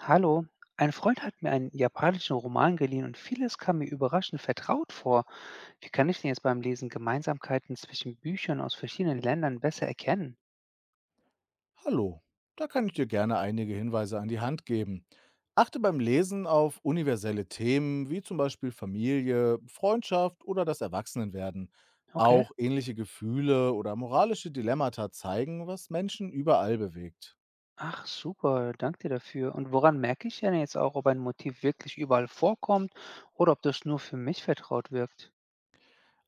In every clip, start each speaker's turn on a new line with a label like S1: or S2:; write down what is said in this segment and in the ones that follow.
S1: Hallo, ein Freund hat mir einen japanischen Roman geliehen und vieles kam mir überraschend vertraut vor. Wie kann ich denn jetzt beim Lesen Gemeinsamkeiten zwischen Büchern aus verschiedenen Ländern besser erkennen?
S2: Hallo, da kann ich dir gerne einige Hinweise an die Hand geben. Achte beim Lesen auf universelle Themen wie zum Beispiel Familie, Freundschaft oder das Erwachsenenwerden.
S1: Okay.
S2: Auch ähnliche Gefühle oder moralische Dilemmata zeigen, was Menschen überall bewegt.
S1: Ach, super, danke dir dafür. Und woran merke ich denn jetzt auch, ob ein Motiv wirklich überall vorkommt oder ob das nur für mich vertraut wirkt?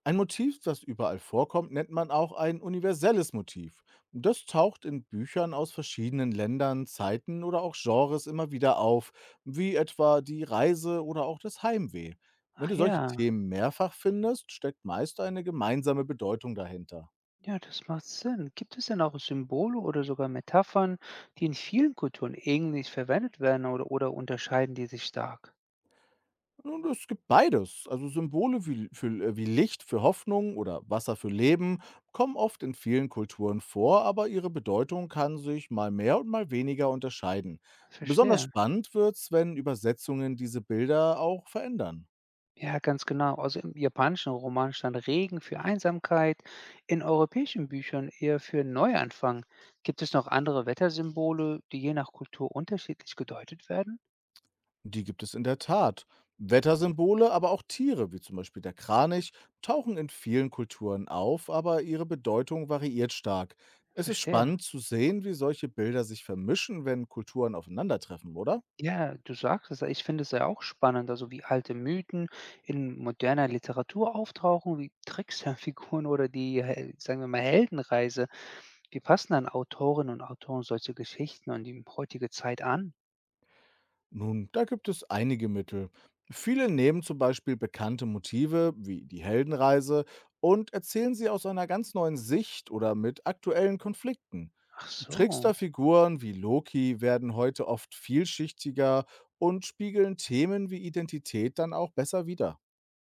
S2: Ein Motiv, das überall vorkommt, nennt man auch ein universelles Motiv. Das taucht in Büchern aus verschiedenen Ländern, Zeiten oder auch Genres immer wieder auf, wie etwa die Reise oder auch das Heimweh. Wenn
S1: Ach
S2: du solche
S1: ja,
S2: Themen mehrfach findest, steckt meist eine gemeinsame Bedeutung dahinter.
S1: ja, das macht Sinn. Gibt es denn auch Symbole oder sogar Metaphern, die in vielen Kulturen ähnlich verwendet werden oder unterscheiden die sich stark?
S2: Nun, es gibt beides. Also Symbole wie, für, wie Licht für Hoffnung oder Wasser für Leben kommen oft in vielen Kulturen vor, aber ihre Bedeutung kann sich mal mehr und mal weniger unterscheiden. Besonders
S1: Verstehe.
S2: spannend wird's, wenn Übersetzungen diese Bilder auch verändern.
S1: Ja, ganz genau. Also im japanischen Roman stand Regen für Einsamkeit, in europäischen Büchern eher für Neuanfang. Gibt es noch andere Wettersymbole, die je nach Kultur unterschiedlich gedeutet werden?
S2: Die gibt es in der Tat. Wettersymbole, aber auch Tiere, wie zum Beispiel der Kranich, tauchen in vielen Kulturen auf, aber ihre Bedeutung variiert stark. Es ist
S1: Verstehe.
S2: spannend zu sehen, wie solche Bilder sich vermischen, wenn Kulturen aufeinandertreffen, oder?
S1: Ja, du sagst es. Ich finde es ja auch spannend, also wie alte Mythen in moderner Literatur auftauchen, wie Tricksterfiguren oder sagen wir mal, Heldenreise. Wie passen dann Autorinnen und Autoren solche Geschichten an die heutige Zeit an?
S2: Nun, da gibt es einige Mittel. Viele nehmen zum Beispiel bekannte Motive wie die Heldenreise und erzählen sie aus einer ganz neuen Sicht oder mit aktuellen Konflikten.
S1: Ach so.
S2: Tricksterfiguren wie Loki werden heute oft vielschichtiger und spiegeln Themen wie Identität dann auch besser wider.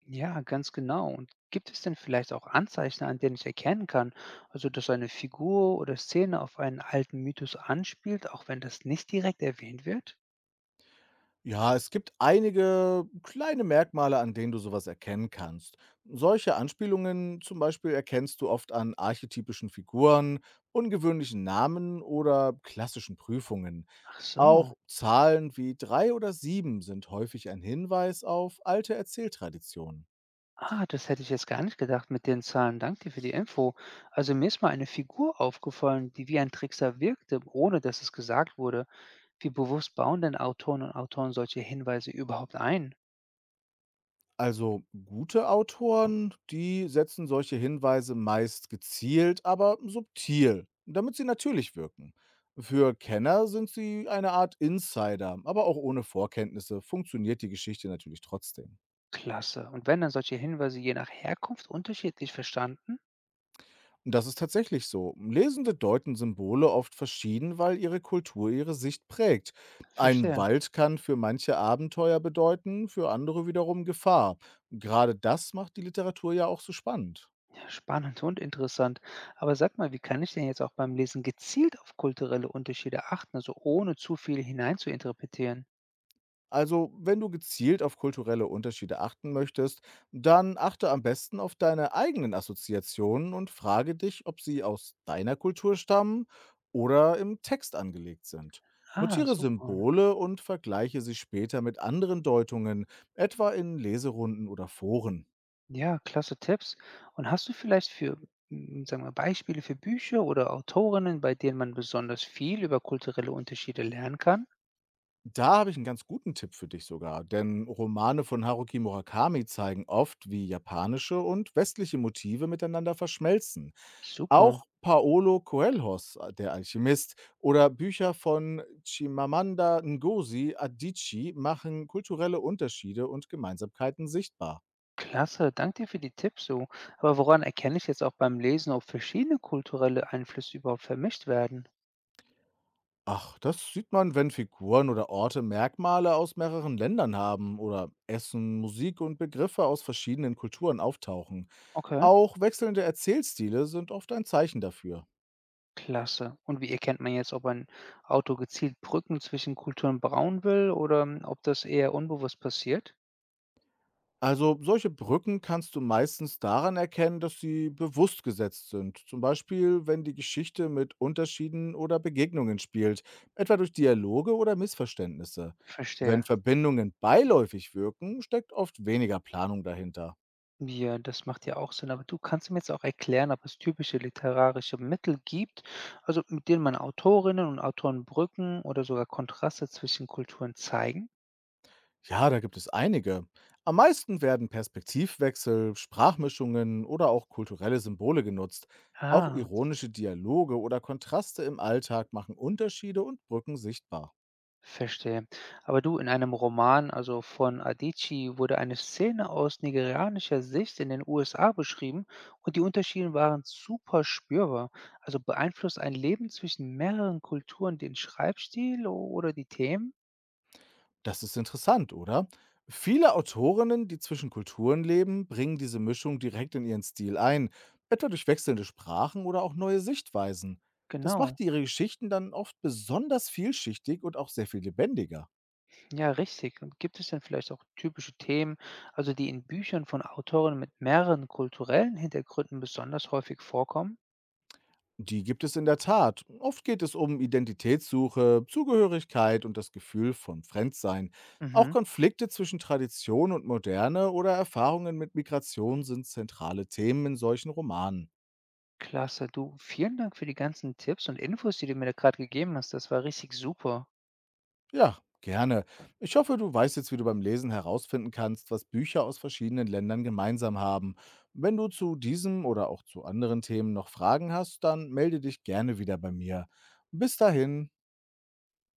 S1: Ja, ganz genau. Und gibt es denn vielleicht auch Anzeichen, an denen ich erkennen kann, also dass eine Figur oder Szene auf einen alten Mythos anspielt, auch wenn das nicht direkt erwähnt wird?
S2: Ja, es gibt einige kleine Merkmale, an denen du sowas erkennen kannst. Solche Anspielungen zum Beispiel erkennst du oft an archetypischen Figuren, ungewöhnlichen Namen oder klassischen Prüfungen.
S1: Ach so.
S2: Auch Zahlen wie drei oder sieben sind häufig ein Hinweis auf alte Erzähltraditionen.
S1: Ah, das hätte ich jetzt gar nicht gedacht mit den Zahlen. Dank dir für die Info. Also mir ist mal eine Figur aufgefallen, die wie ein Trickser wirkte, ohne dass es gesagt wurde. Wie bewusst bauen denn Autoren und Autoren solche Hinweise überhaupt ein?
S2: Also gute Autoren, die setzen solche Hinweise meist gezielt, aber subtil, damit sie natürlich wirken. Für Kenner sind sie eine Art Insider, aber auch ohne Vorkenntnisse funktioniert die Geschichte natürlich trotzdem.
S1: Klasse. Und werden dann solche Hinweise je nach Herkunft unterschiedlich verstanden?
S2: Und das ist tatsächlich so. Lesende deuten Symbole oft verschieden, weil ihre Kultur ihre Sicht prägt. Ein
S1: Verstehe.
S2: Wald kann für manche Abenteuer bedeuten, für andere wiederum Gefahr. Gerade das macht die Literatur ja auch so spannend.
S1: Spannend und interessant. Aber sag mal, wie kann ich denn jetzt auch beim Lesen gezielt auf kulturelle Unterschiede achten, also ohne zu viel hineinzuinterpretieren?
S2: Also, wenn du gezielt auf kulturelle Unterschiede achten möchtest, dann achte am besten auf deine eigenen Assoziationen und frage dich, ob sie aus deiner Kultur stammen oder im Text angelegt sind.
S1: Ah,
S2: Notiere
S1: super.
S2: Symbole und vergleiche sie später mit anderen Deutungen, etwa in Leserunden oder Foren.
S1: Ja, klasse Tipps. Und hast du vielleicht für, sagen wir, Beispiele für Bücher oder Autorinnen, bei denen man besonders viel über kulturelle Unterschiede lernen kann?
S2: Da habe ich einen ganz guten Tipp für dich sogar, denn Romane von Haruki Murakami zeigen oft, wie japanische und westliche Motive miteinander verschmelzen.
S1: Super.
S2: Auch Paolo Coelhos, Der Alchemist, oder Bücher von Chimamanda Ngozi Adichie machen kulturelle Unterschiede und Gemeinsamkeiten sichtbar.
S1: Klasse, danke dir für die Tipps so. Aber woran erkenne ich jetzt auch beim Lesen, ob verschiedene kulturelle Einflüsse überhaupt vermischt werden?
S2: Ach, das sieht man, wenn Figuren oder Orte Merkmale aus mehreren Ländern haben oder Essen, Musik und Begriffe aus verschiedenen Kulturen auftauchen.
S1: Okay.
S2: Auch wechselnde Erzählstile sind oft ein Zeichen dafür.
S1: Klasse. Und wie erkennt man jetzt, ob ein Auto gezielt Brücken zwischen Kulturen bauen will oder ob das eher unbewusst passiert?
S2: Also solche Brücken kannst du meistens daran erkennen, dass sie bewusst gesetzt sind. Zum Beispiel, wenn die Geschichte mit Unterschieden oder Begegnungen spielt, etwa durch Dialoge oder Missverständnisse. Wenn
S1: Verstehe.
S2: Verbindungen beiläufig wirken, steckt oft weniger Planung dahinter.
S1: Ja, das macht ja auch Sinn. Aber du kannst mir jetzt auch erklären, ob es typische literarische Mittel gibt, also mit denen man Autorinnen und Autoren Brücken oder sogar Kontraste zwischen Kulturen zeigen?
S2: Ja, da gibt es einige. Am meisten werden Perspektivwechsel, Sprachmischungen oder auch kulturelle Symbole genutzt. Auch
S1: Ah.
S2: ironische Dialoge oder Kontraste im Alltag machen Unterschiede und Brücken sichtbar.
S1: Verstehe. Aber du, in einem Roman, also von Adichie, wurde eine Szene aus nigerianischer Sicht in den USA beschrieben und die Unterschiede waren super spürbar. Also beeinflusst ein Leben zwischen mehreren Kulturen den Schreibstil oder die Themen?
S2: Das ist interessant, oder? Viele Autorinnen, die zwischen Kulturen leben, bringen diese Mischung direkt in ihren Stil ein, etwa durch wechselnde Sprachen oder auch neue Sichtweisen. Das
S1: Genau.
S2: macht ihre Geschichten dann oft besonders vielschichtig und auch sehr viel lebendiger.
S1: Ja, richtig. Und gibt es denn vielleicht auch typische Themen, also die in Büchern von Autoren mit mehreren kulturellen Hintergründen besonders häufig vorkommen?
S2: Die gibt es in der Tat. Oft geht es um Identitätssuche, Zugehörigkeit und das Gefühl von Fremdsein. Auch
S1: Mhm.
S2: Konflikte zwischen Tradition und Moderne oder Erfahrungen mit Migration sind zentrale Themen in solchen Romanen.
S1: Klasse, du, vielen Dank für die ganzen Tipps und Infos, die du mir da gerade gegeben hast. Das war richtig super.
S2: Ja, gerne. Ich hoffe, du weißt jetzt, wie du beim Lesen herausfinden kannst, was Bücher aus verschiedenen Ländern gemeinsam haben. Wenn du zu diesem oder auch zu anderen Themen noch Fragen hast, dann melde dich gerne wieder bei mir. Bis dahin.